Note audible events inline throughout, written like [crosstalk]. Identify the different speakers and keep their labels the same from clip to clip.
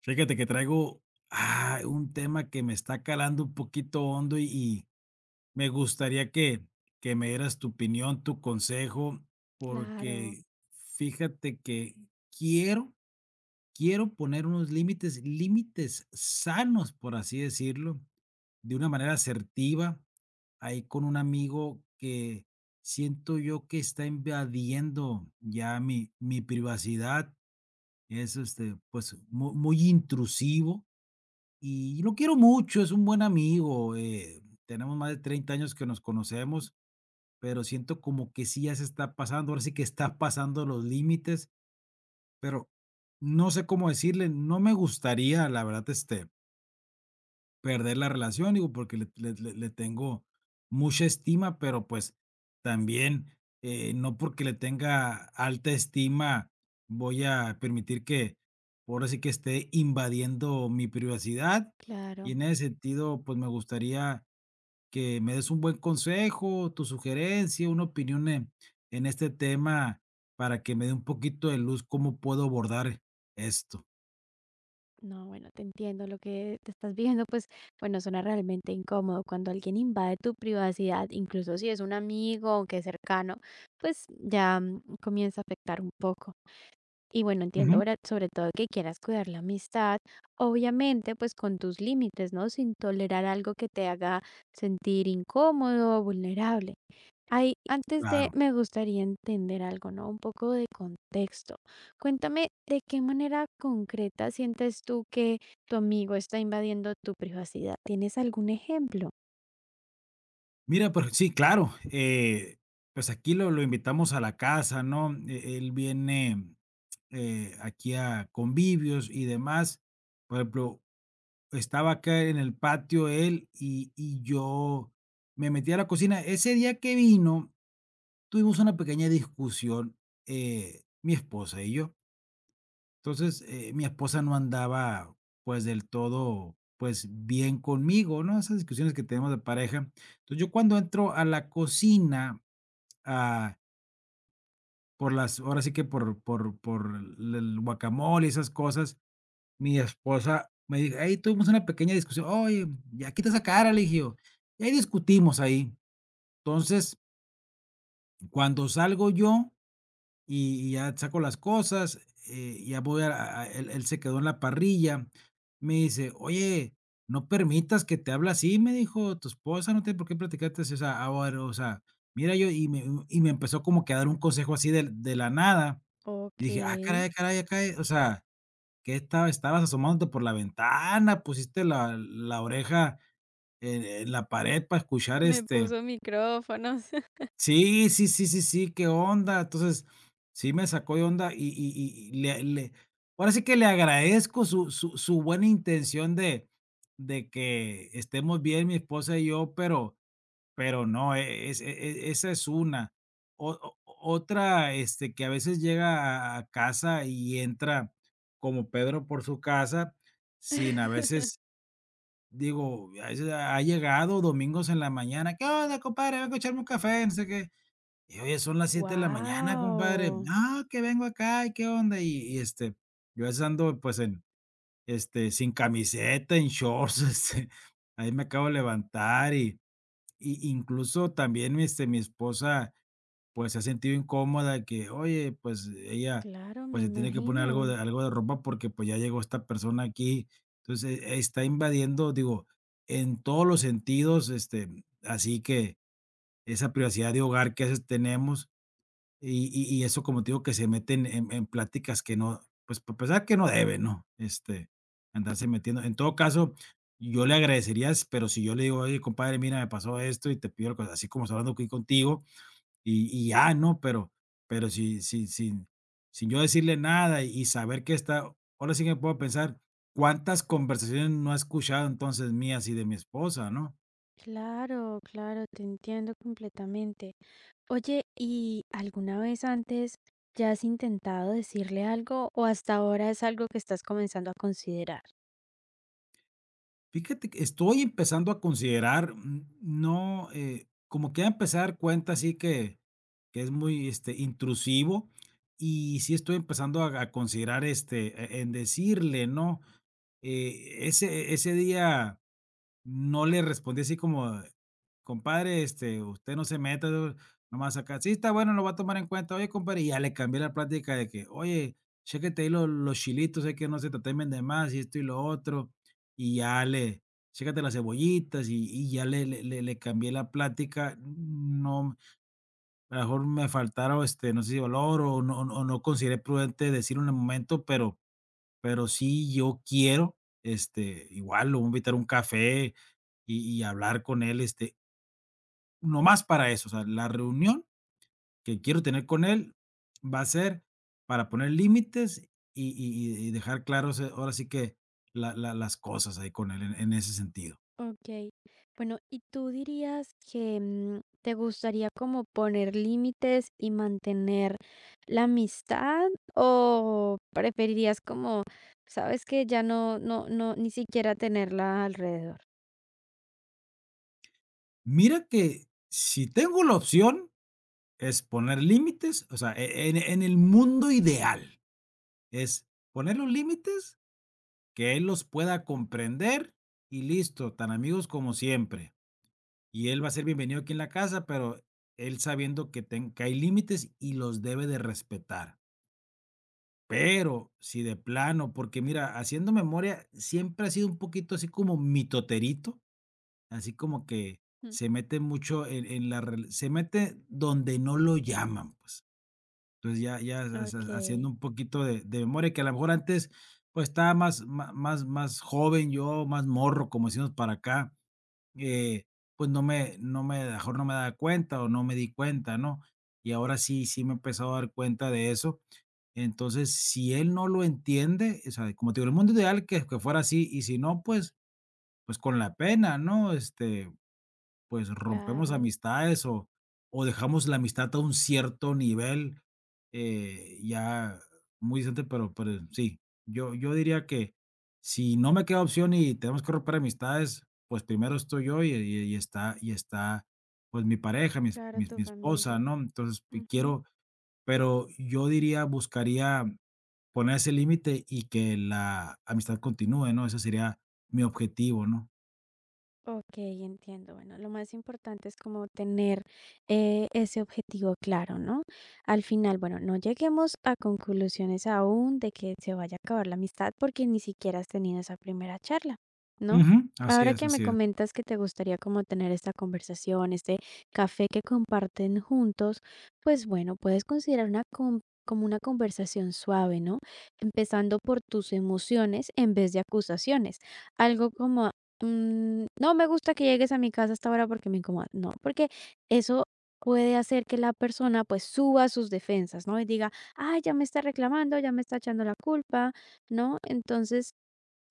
Speaker 1: Fíjate que traigo, un tema que me está calando un poquito hondo y me gustaría que me dieras tu opinión, tu consejo,
Speaker 2: Claro,
Speaker 1: porque fíjate que quiero, quiero poner unos límites, límites sanos, por así decirlo, de una manera asertiva, ahí con un amigo que siento yo que está invadiendo ya mi privacidad, es este, pues muy intrusivo y lo quiero mucho, es un buen amigo, tenemos más de 30 años que nos conocemos, pero siento como que sí ya se está pasando, ahora sí que está pasando los límites. Pero no sé cómo decirle, no me gustaría, la verdad, este, perder la relación, digo, porque le tengo mucha estima, pero, pues, también, no porque le tenga alta estima voy a permitir que ahora sí que esté invadiendo mi privacidad. Y
Speaker 2: claro.
Speaker 1: en ese sentido, pues, me gustaría que me des un buen consejo, tu sugerencia, una opinión en este tema para que me dé un poquito de luz, cómo puedo abordar esto.
Speaker 2: No, bueno, te entiendo lo que te estás viendo, pues bueno, suena realmente incómodo cuando alguien invade tu privacidad, incluso si es un amigo, aunque cercano, pues ya comienza a afectar un poco. Y bueno,
Speaker 1: Ujú,
Speaker 2: entiendo ahora, sobre todo que quieras cuidar la amistad, obviamente pues con tus límites, ¿no? Sin tolerar algo que te haga sentir incómodo o vulnerable. Ahí, antes de,
Speaker 1: claro.
Speaker 2: me gustaría entender algo, ¿no? Un poco de contexto. Cuéntame de qué manera concreta sientes tú que tu amigo está invadiendo tu privacidad. ¿Tienes algún ejemplo?
Speaker 1: Mira, pues sí, claro, pues aquí lo invitamos a la casa, ¿no? Él viene, aquí a convivios y demás. Por ejemplo, estaba acá en el patio él y yo me metí a la cocina. Ese día que vino, tuvimos una pequeña discusión, mi esposa y yo. Entonces, mi esposa no andaba, pues, del todo, pues, bien conmigo, ¿no? Esas discusiones que tenemos de pareja. Entonces, yo cuando entro a la cocina, ah, por las, ahora sí que por el guacamole y esas cosas, mi esposa me dijo, ahí tuvimos una pequeña discusión, oye, ya quita esa cara, le dije yo. Y ahí discutimos ahí. Entonces, cuando salgo yo, y ya saco las cosas, ya voy a él se quedó en la parrilla. Me dice: "Oye, no permitas que te hable así", me dijo, "tu esposa no tiene por qué platicarte así", o sea, ahora, o sea, mira, yo y me empezó como que a dar un consejo así de la nada, y
Speaker 2: Ok,
Speaker 1: dije: "Ah, caray, ah, caray, ah, caray", o sea, ¿que estabas asomándote por la ventana? ¿Pusiste la oreja en la pared para escuchar,
Speaker 2: me
Speaker 1: este?
Speaker 2: puso micrófonos.
Speaker 1: Sí, sí, sí, sí, sí, ¿qué onda? Entonces, sí me sacó de onda le ahora sí que le agradezco su buena intención de que estemos bien mi esposa y yo, pero no, esa es una. O otra, este, que a veces llega a casa y entra como Pedro por su casa, sin a
Speaker 2: [laughs]
Speaker 1: veces, digo, a veces ha llegado domingos en la mañana, ¿qué onda, compadre? Vengo a echarme un café, no sé qué. Y oye, son las 7 de la mañana, compadre.
Speaker 2: Wow,
Speaker 1: No, que vengo acá y qué onda. Y, este, yo a veces ando pues en, este, sin camiseta, en shorts, [laughs] este, ahí me acabo de levantar y incluso también, este, mi esposa pues se ha sentido incómoda que, oye, pues ella
Speaker 2: claro, me
Speaker 1: pues se tiene que poner
Speaker 2: imagino.
Speaker 1: algo de ropa porque pues ya llegó esta persona aquí. Entonces está invadiendo, digo, en todos los sentidos, este, así que esa privacidad de hogar que a veces tenemos y eso, como te digo, que se meten en pláticas que no, pues, para empezar, que no debe, ¿no? Este, andarse metiendo. En todo caso, yo le agradecería, s, pero si yo le digo: "Oye, compadre, mira, me pasó esto y te pido el conse", así como estoy hablando aquí contigo, y ya, ¿no? Pero si sin yo decirle nada y saber que está, ahora sí que me puedo pensar, ¿cuántas conversaciones no ha escuchado entonces mías y de mi esposa, no?
Speaker 2: Claro, claro, te entiendo completamente. Oye, ¿y alguna vez antes ya has intentado decirle algo o hasta ahora es algo que estás comenzando a considerar?
Speaker 1: Fíjate que estoy empezando a considerar, no, como que a empezar a dar cuenta así que es muy este, intrusivo, y sí estoy empezando a considerar este, en decirle, ¿no? Ese día no le respondí así como: "Compadre, este, usted no se meta", nomás acá: "Sí, está bueno, lo va a tomar en cuenta. Oye, compadre", y ya le cambié la plática de que: "Oye, chécate ahí lo los chilitos, que no se te temen de más y esto y lo otro", y ya le: "Chécate las cebollitas", ya le cambié la plática. No, a lo mejor me faltaron, este, no sé si valor o no consideré prudente decirlo en el momento, pero sí yo quiero, este, igual lo voy a invitar a un café, y hablar con él, este, nomás para eso, o sea, la reunión que quiero tener con él va a ser para poner límites y dejar claros, ahora sí que la la las cosas ahí con él en ese sentido.
Speaker 2: Ok, bueno, ¿y tú dirías que te gustaría como poner límites y mantener la amistad o preferirías como, sabes que ya no, no, no, ni siquiera tenerla alrededor?
Speaker 1: Mira que si tengo la opción es poner límites, o sea, en el mundo ideal es poner los límites, que él los pueda comprender y listo, tan amigos como siempre. Y él va a ser bienvenido aquí en la casa, pero él sabiendo que ten que hay límites y los debe de respetar. Pero si de plano, porque mira, haciendo memoria, siempre ha sido un poquito así como mitoterito, así como que
Speaker 2: Mm.
Speaker 1: se mete mucho en la rel se mete donde no lo llaman, pues. Entonces, ya ya ha
Speaker 2: Ok,
Speaker 1: ha haciendo un poquito de memoria, que a lo mejor antes, pues, estaba más má más más joven yo, más morro, como decimos para acá, eh, pues no me no me a lo mejor no me daba cuenta o no me di cuenta, ¿no? Y ahora sí, sí me he empezado a dar cuenta de eso. Entonces, si él no lo entiende, o sea, como te digo, el mundo ideal que fuera así, y si no, pues, con la pena, ¿no? Este, pues rompemos
Speaker 2: claro,
Speaker 1: amistades, o dejamos la amistad a un cierto nivel, ya muy distante, pero, sí, yo diría que si no me queda opción y tenemos que romper amistades, pues primero estoy yo y está, pues mi pareja,
Speaker 2: claro, tu
Speaker 1: mi esposa,
Speaker 2: familia.
Speaker 1: ¿no? Entonces
Speaker 2: Ujú.
Speaker 1: quiero, pero yo diría, buscaría poner ese límite y que la amistad continúe, ¿no? Ese sería mi objetivo, ¿no?
Speaker 2: Ok, entiendo. Bueno, lo más importante es como tener ese objetivo claro, ¿no? Al final, bueno, no lleguemos a conclusiones aún de que se vaya a acabar la amistad porque ni siquiera has tenido esa primera charla, ¿no?
Speaker 1: Ujú, así
Speaker 2: Ahora
Speaker 1: es,
Speaker 2: que me
Speaker 1: así es.
Speaker 2: comentas que te gustaría como tener esta conversación, este café que comparten juntos, pues bueno, puedes considerar una como una conversación suave, ¿no? Empezando por tus emociones en vez de acusaciones, algo como: mm, no me gusta que llegues a mi casa a esta hora porque me incomoda. No, porque eso puede hacer que la persona pues suba sus defensas, ¿no? Y diga: ah, ya me está reclamando, ya me está echando la culpa, ¿no? Entonces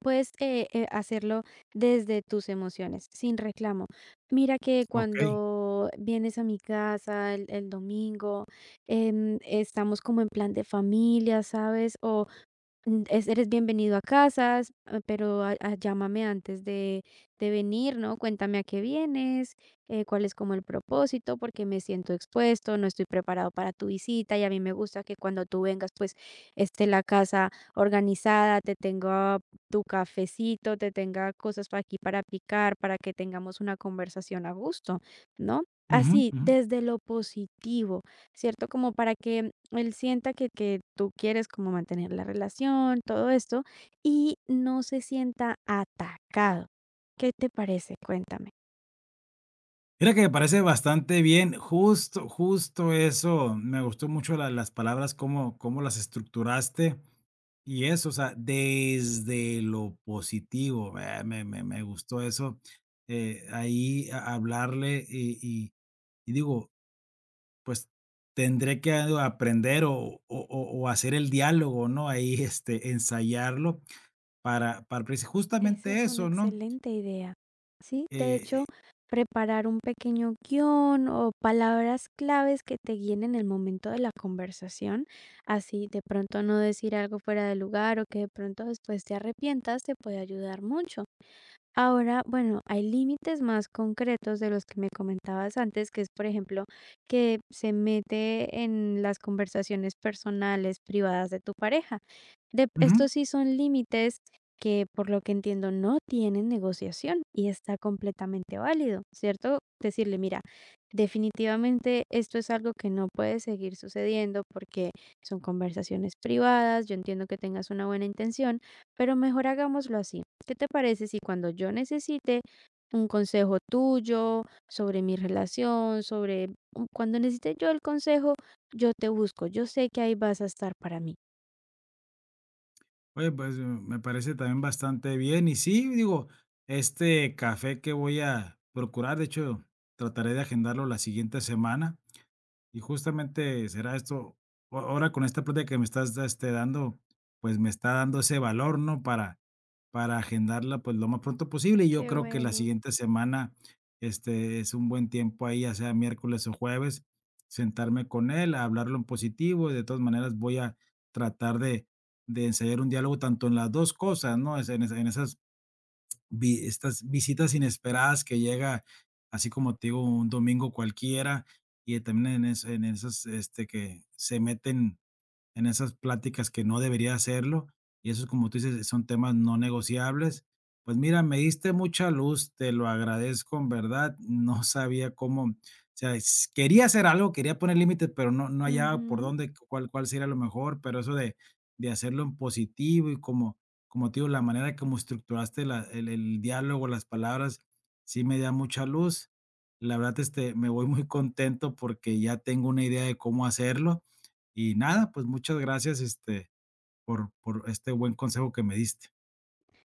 Speaker 2: puedes hacerlo desde tus emociones, sin reclamo. Mira que
Speaker 1: Ok.
Speaker 2: cuando vienes a mi casa el domingo, estamos como en plan de familia, ¿sabes? O mm, es eres bienvenido a casas, ah, pero a llámame antes de venir, ¿no? Cuéntame a qué vienes, cuál es como el propósito, porque me siento expuesto, no estoy preparado para tu visita y a mí me gusta que cuando tú vengas, pues, esté la casa organizada, te tenga tu cafecito, te tenga cosas para aquí para picar, para que tengamos una conversación a gusto, ¿no?
Speaker 1: Ujú,
Speaker 2: Así,
Speaker 1: ujú.
Speaker 2: desde lo positivo, ¿cierto? Como para que él sienta que tú quieres como mantener la relación, todo esto, y no se sienta atacado. ¿Qué te parece? Cuéntame.
Speaker 1: Mira que me parece bastante bien, justo, justo eso, me gustó mucho las palabras, cómo las estructuraste y eso, o sea, desde lo positivo, me gustó eso, ahí hablarle y digo, pues tendré que aprender o hacer el diálogo, ¿no? Ahí, este, ensayarlo para
Speaker 2: Esa
Speaker 1: justamente
Speaker 2: es una
Speaker 1: eso, ¿no?
Speaker 2: excelente idea. Sí, de
Speaker 1: Eh,
Speaker 2: hecho, preparar un pequeño guión o palabras claves que te guíen en el momento de la conversación, así de pronto no decir algo fuera de lugar o que de pronto después te arrepientas, te puede ayudar mucho. Ahora, bueno, hay límites más concretos de los que me comentabas antes, que es, por ejemplo, que se mete en las conversaciones personales, privadas de tu pareja. De,
Speaker 1: ujú.
Speaker 2: estos sí son límites que, por lo que entiendo, no tienen negociación y está completamente válido, ¿cierto? Decirle, mira, definitivamente esto es algo que no puede seguir sucediendo porque son conversaciones privadas, yo entiendo que tengas una buena intención, pero mejor hagámoslo así. ¿Qué te parece si cuando yo necesite un consejo tuyo sobre mi relación, sobre cuando necesite yo el consejo, yo te busco? Yo sé que ahí vas a estar para mí.
Speaker 1: Oye, pues, me parece también bastante bien. Y sí, digo, este café que voy a procurar, de hecho, trataré de agendarlo la siguiente semana. Y justamente será esto, ahora con esta plática que me estás este, dando, pues me está dando ese valor, ¿no? Para agendarla pues lo más pronto posible. Y yo
Speaker 2: Qué
Speaker 1: creo que la
Speaker 2: bueno.
Speaker 1: siguiente semana este, es un buen tiempo ahí, ya sea miércoles o jueves, sentarme con él, a hablarlo en positivo. Y de todas maneras voy a tratar de ensayar un diálogo tanto en las dos cosas, ¿no? Es En, esa- en esas vi estas visitas inesperadas que llega, así como te digo, un domingo cualquiera, y también en esas, este, que se meten en esas pláticas que no debería hacerlo. Y eso, como tú dices, son temas no negociables. Pues mira, me diste mucha luz, te lo agradezco, en verdad. No sabía cómo, o sea, quería hacer algo, quería poner límites, pero no, no hallaba por
Speaker 2: Ujú.
Speaker 1: dónde, cuál sería lo mejor. Pero eso de hacerlo en positivo y como te digo, la manera como estructuraste el diálogo, las palabras, sí me da mucha luz. La verdad, este, me voy muy contento porque ya tengo una idea de cómo hacerlo, y nada, pues muchas gracias, este, por este buen consejo que me diste.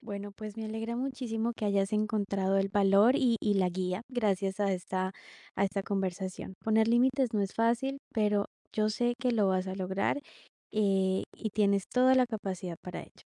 Speaker 2: Bueno, pues me alegra muchísimo que hayas encontrado el valor y la guía gracias a esta conversación. Poner límites no es fácil, pero yo sé que lo vas a lograr, y tienes toda la capacidad para ello.